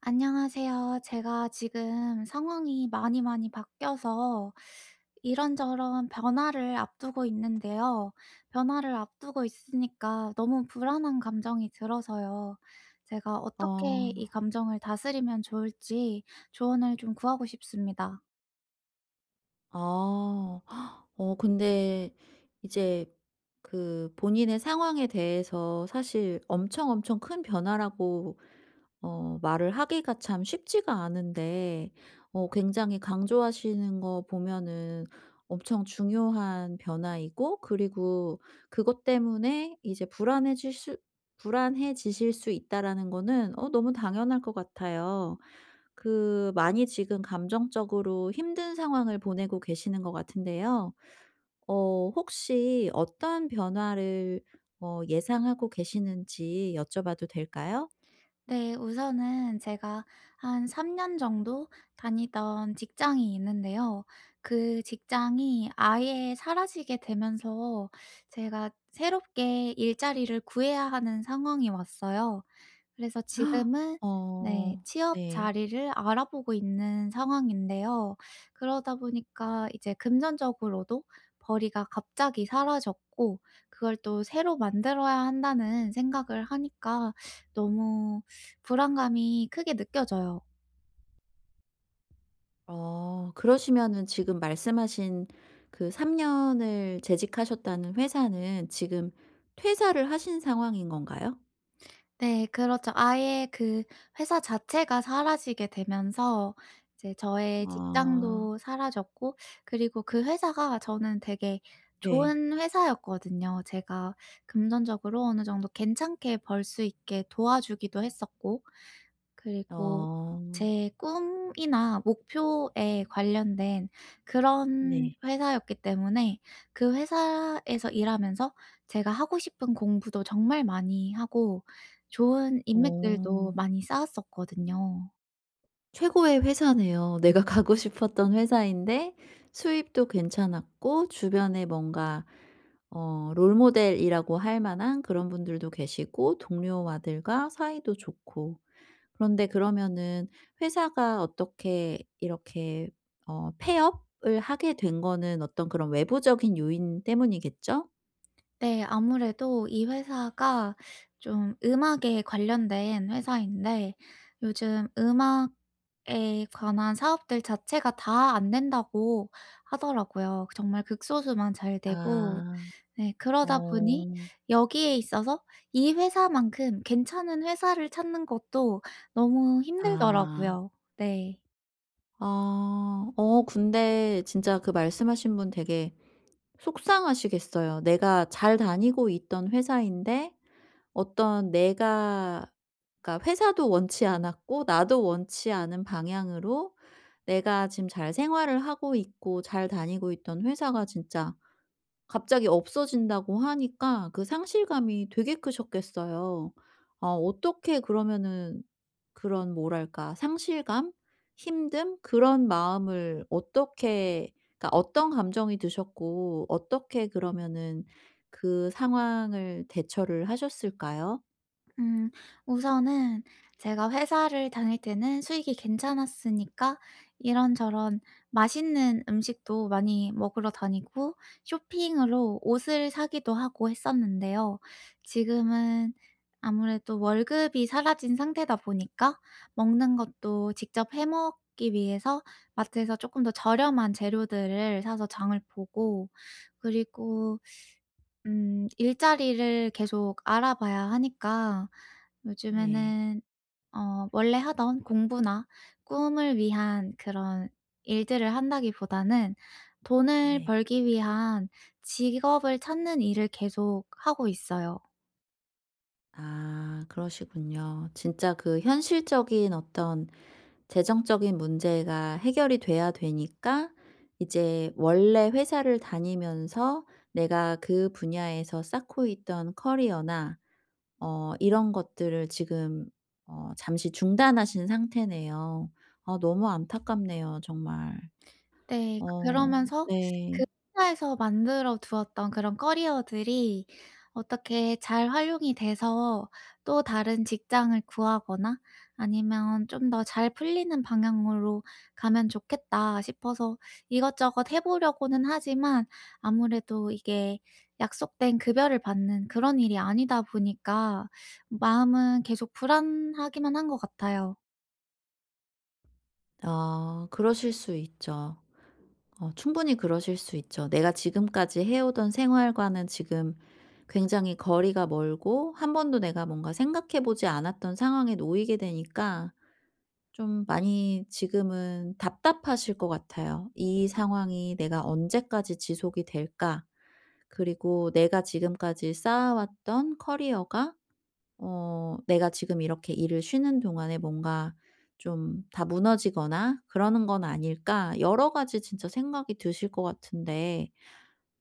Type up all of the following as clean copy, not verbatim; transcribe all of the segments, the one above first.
안녕하세요. 제가 지금 상황이 많이 많이 바뀌어서 이런저런 변화를 앞두고 있는데요. 변화를 앞두고 있으니까 너무 불안한 감정이 들어서요. 제가 어떻게 이 아. 감정을 다스리면 좋을지 조언을 좀 구하고 싶습니다. 아. 근데 이제 그 본인의 상황에 대해서 사실 엄청 엄청 큰 변화라고 말을 하기가 참 쉽지가 않은데, 굉장히 강조하시는 거 보면은 엄청 중요한 변화이고, 그리고 그것 때문에 이제 불안해질 수 불안해지실 수 있다라는 거는 너무 당연할 것 같아요. 그 많이 지금 감정적으로 힘든 상황을 보내고 계시는 것 같은데요. 혹시 어떤 변화를 예상하고 계시는지 여쭤봐도 될까요? 네. 우선은 제가 한 3년 정도 다니던 직장이 있는데요. 그 직장이 아예 사라지게 되면서 제가 새롭게 일자리를 구해야 하는 상황이 왔어요. 그래서 헉, 지금은 네 어 취업 네. 자리를 알아보고 있는 상황인데요. 그러다 보니까 이제 금전적으로도 벌이가 갑자기 사라졌고 그걸 또 새로 만들어야 한다는 생각을 하니까 너무 불안감이 크게 느껴져요. 그러시면은 지금 말씀하신 그 3년 년을 재직하셨다는 회사는 지금 퇴사를 하신 상황인 건가요? 네 그렇죠. 아예 그 회사 자체가 사라지게 되면서 이제 저의 아, 직장도 사라졌고 그리고 그 회사가 저는 되게 네. 좋은 회사였거든요. 제가 금전적으로 어느 정도 괜찮게 벌 수 있게 도와주기도 했었고 그리고 어 제 꿈이나 목표에 관련된 그런 네. 회사였기 때문에 그 회사에서 일하면서 제가 하고 싶은 공부도 정말 많이 하고 좋은 인맥들도 어. 많이 쌓았었거든요. 최고의 회사네요. 내가 가고 싶었던 회사인데 수입도 괜찮았고, 주변에 뭔가 롤모델이라고 할 만한 그런 분들도 계시고, 동료와들과 사이도 좋고. 그런데 그러면은 회사가 어떻게 이렇게 폐업을 하게 된 거는 어떤 그런 외부적인 요인 때문이겠죠? 네 아무래도 이 회사가 좀 음악에 관련된 회사인데 요즘 음악에 관한 사업들 자체가 다 안 된다고 하더라고요. 정말 극소수만 잘 되고 아. 네. 그러다 보니 어. 여기에 있어서 이 회사만큼 괜찮은 회사를 찾는 것도 너무 아. 힘들더라고요. 네. 아. 근데 진짜 그 말씀하신 분 되게 속상하시겠어요. 내가 잘 다니고 있던 회사인데, 어떤 내가, 그러니까 회사도 원치 않았고 나도 원치 않은 방향으로 내가 지금 잘 생활을 하고 있고 잘 다니고 있던 회사가 진짜 갑자기 없어진다고 하니까, 그 상실감이 되게 크셨겠어요. 아, 어떻게 그러면은 그런 뭐랄까 상실감, 힘듦, 그런 마음을 어떻게, 그러니까 어떤 감정이 드셨고, 어떻게 그러면은 그 상황을 대처를 하셨을까요? 음. 우선은 제가 회사를 다닐 때는 수익이 괜찮았으니까 이런저런 맛있는 음식도 많이 먹으러 다니고 쇼핑으로 옷을 사기도 하고 했었는데요. 지금은 아무래도 월급이 사라진 상태다 보니까 먹는 것도 직접 해 먹기 위해서 마트에서 조금 더 저렴한 재료들을 사서 장을 보고 그리고 일자리를 계속 알아봐야 하니까 네. 요즘에는 원래 하던 공부나 꿈을 위한 그런 일들을 한다기보다는 돈을 네. 벌기 위한 직업을 찾는 일을 계속 하고 있어요. 아, 그러시군요. 진짜 그 현실적인 어떤 재정적인 문제가 해결이 돼야 되니까 이제 원래 회사를 다니면서 내가 그 분야에서 쌓고 있던 커리어나 이런 것들을 지금 잠시 중단하신 상태네요. 아, 너무 안타깝네요 정말. 네. 그 어 그러면서 그 네. 회사에서 만들어 두었던 그런 커리어들이 어떻게 잘 활용이 돼서 또 다른 직장을 구하거나 아니면 '좀 더 잘 풀리는 방향으로 가면 좋겠다.' 싶어서 이것저것 해 보려고는 하지만 아무래도 이게 약속된 급여를 받는 그런 일이 아니다 보니까 마음은 계속 불안하기만 한 것 같아요. 아, 그러실 수 있죠. 충분히 그러실 수 있죠. 내가 지금까지 해오던 생활과는 지금 굉장히 거리가 멀고, 한 번도 내가 뭔가 생각해 보지 않았던 상황에 놓이게 되니까 좀 많이 지금은 답답하실 것 같아요. '이 상황이 내가 언제까지 지속이 될까?' 그리고 내가 지금까지 쌓아왔던 커리어가 내가 지금 이렇게 일을 쉬는 동안에 뭔가 좀 다 무너지거나 그러는 건 아닐까, 여러 가지 진짜 생각이 드실 것 같은데.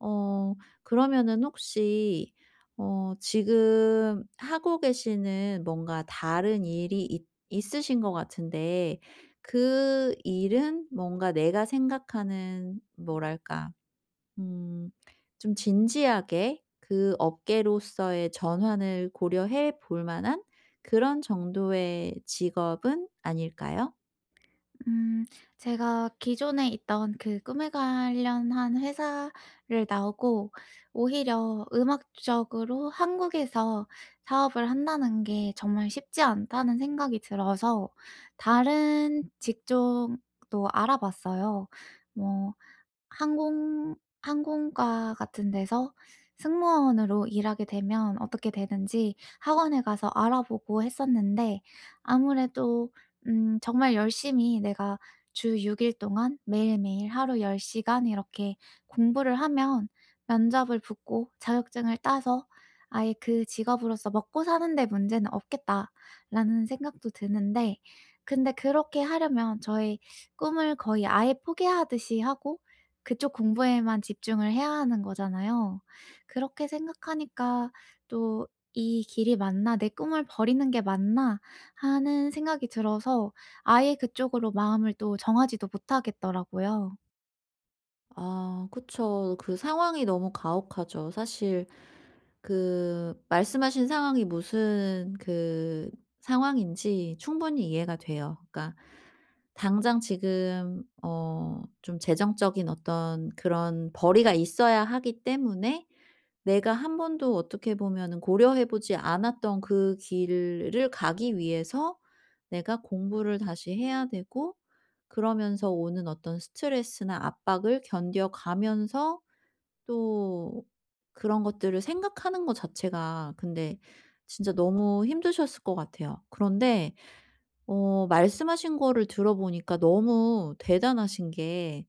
어 그러면은 혹시 지금 하고 계시는 뭔가 다른 일이 있 있으신 것 같은데, 그 일은 뭔가 내가 생각하는 뭐랄까, 음 좀 진지하게 그 업계로서의 전환을 고려해 볼 만한 그런 정도의 직업은 아닐까요? 음 제가 기존에 있던 그 꿈에 관련한 회사를 나오고 오히려 음악적으로 한국에서 사업을 한다는 게 정말 쉽지 않다는 생각이 들어서 다른 직종도 알아봤어요. 뭐 항공 항공과 같은 데서 승무원으로 일하게 되면 어떻게 되는지 학원에 가서 알아보고 했었는데 아무래도 정말 열심히 내가 주 6일 동안 매일매일 하루 10 시간 이렇게 공부를 하면 면접을 붙고 자격증을 따서 아예 '그 직업으로서 먹고 사는 데 문제는 없겠다.'라는 생각도 드는데 근데 그렇게 하려면 저의 꿈을 거의 아예 포기하듯이 하고 그쪽 공부에만 집중을 해야 하는 거잖아요. 그렇게 생각하니까 또 '이 길이 맞나? 내 꿈을 버리는 게 맞나?' 하는 생각이 들어서 아예 그쪽으로 마음을 또 정하지도 못하겠더라고요. 아, 그쵸. 그 상황이 너무 가혹하죠 사실. 그 말씀하신 상황이 무슨 그 상황인지 충분히 이해가 돼요. 그러니까 당장 지금 좀 재정적인 어떤 그런 벌이가 있어야 하기 때문에, 내가 한 번도 어떻게 보면은 고려해 보지 않았던 그 길을 가기 위해서 내가 공부를 다시 해야 되고, 그러면서 오는 어떤 스트레스나 압박을 견뎌가면서, 또 그런 것들을 생각하는 것 자체가 근데 진짜 너무 힘드셨을 것 같아요. 그런데 말씀하신 거를 들어보니까 너무 대단하신 게,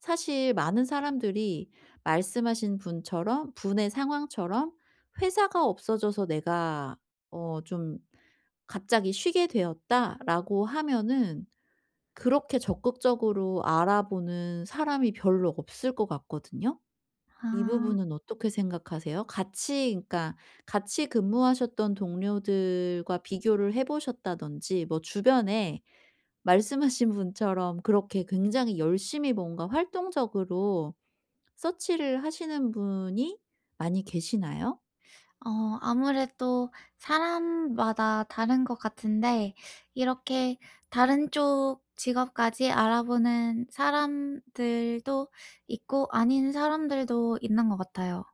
사실 많은 사람들이 말씀하신 분처럼 분의 상황처럼 "회사가 없어져서 내가 좀 갑자기 쉬게 되었다."라고 하면은 그렇게 적극적으로 알아보는 사람이 별로 없을 것 같거든요. 이 아. 부분은 어떻게 생각하세요? 같이 그러니까 같이 근무하셨던 동료들과 비교를 해 보셨다든지, 뭐 주변에 말씀하신 분처럼 그렇게 굉장히 열심히 뭔가 활동적으로 서치를 하시는 분이 많이 계시나요? 아무래도 사람마다 다른 것 같은데 이렇게 다른 쪽 직업까지 알아보는 사람들도 있고 아닌 사람들도 있는 것 같아요.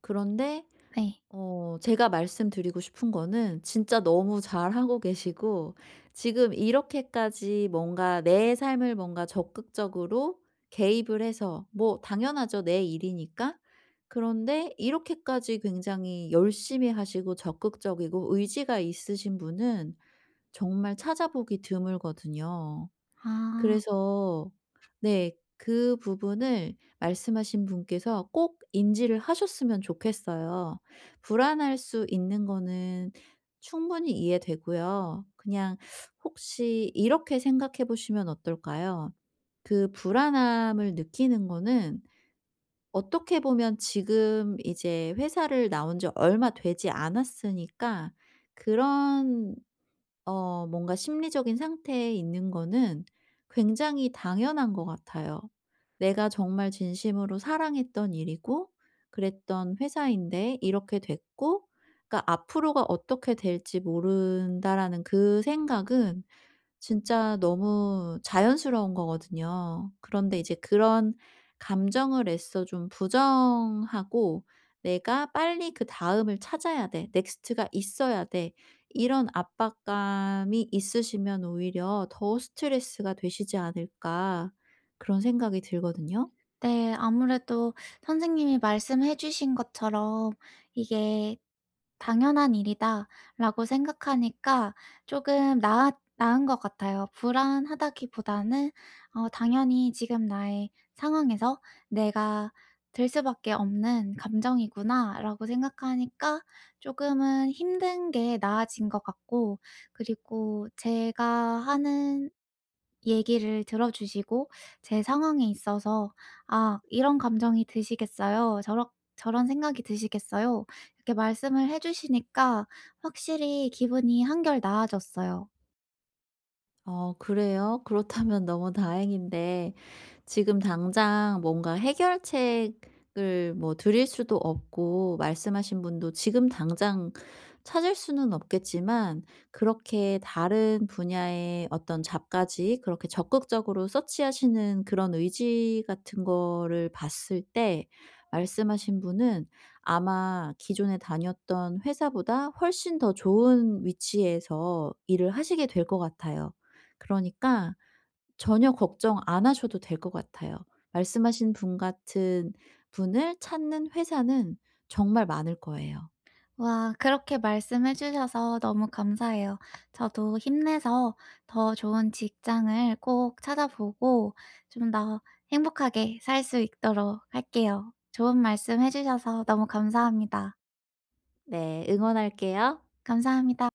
그런데 네. 제가 말씀드리고 싶은 거는 진짜 너무 잘하고 계시고, 지금 이렇게까지 뭔가 내 삶을 뭔가 적극적으로 개입을 해서, 뭐 당연하죠, 내 일이니까. 그런데 이렇게까지 굉장히 열심히 하시고 적극적이고 의지가 있으신 분은 정말 찾아보기 드물거든요. 아. 그래서, 네, 그 부분을 말씀하신 분께서 꼭 인지를 하셨으면 좋겠어요. 불안할 수 있는 거는 충분히 이해되고요. 그냥 혹시 이렇게 생각해 보시면 어떨까요? 그 불안함을 느끼는 거는 어떻게 보면 지금 이제 회사를 나온 지 얼마 되지 않았으니까, 그런 뭔가 심리적인 상태에 있는 거는 굉장히 당연한 것 같아요. 내가 정말 진심으로 사랑했던 일이고 그랬던 회사인데 이렇게 됐고, 그러니까 '앞으로가 어떻게 될지 모른다.'라는 그 생각은 진짜 너무 자연스러운 거거든요. 그런데 이제 그런 감정을 애써 좀 부정하고 '내가 빨리 그다음을 찾아야 돼. 넥스트가 있어야 돼.' 이런 압박감이 있으시면 오히려 더 스트레스가 되시지 않을까, 그런 생각이 들거든요. 네. 아무래도 선생님이 말씀해 주신 것처럼 이게 '당연한 일이다.'라고 생각하니까 조금나 나은 것 같아요. 불안하다기보다는 당연히 지금 나의 상황에서 '내가 들 수밖에 없는 감정이구나.'라고 생각하니까 조금은 힘든 게 나아진 것 같고 그리고 제가 하는 얘기를 들어 주시고 제 상황에 있어서 아 "이런 감정이 드시겠어요?" "저런 생각이 드시겠어요?" 이렇게 말씀을 해 주시니까 확실히 기분이 한결 나아졌어요. 그래요? 그렇다면 너무 다행인데, 지금 당장 뭔가 해결책을 뭐 드릴 수도 없고 말씀하신 분도 지금 당장 찾을 수는 없겠지만, 그렇게 다른 분야의 어떤 잡까지 그렇게 적극적으로 서치하시는 그런 의지 같은 거를 봤을 때 말씀하신 분은 아마 기존에 다녔던 회사보다 훨씬 더 좋은 위치에서 일을 하시게 될 것 같아요. 그러니까 전혀 걱정 안 하셔도 될 것 같아요. 말씀하신 분 같은 분을 찾는 회사는 정말 많을 거예요. 와 그렇게 말씀해 주셔서 너무 감사해요. 저도 힘내서 더 좋은 직장을 꼭 찾아보고 좀 더 행복하게 살 수 있도록 할게요. 좋은 말씀 해 주셔서 너무 감사합니다. 네. 응원할게요. 감사합니다.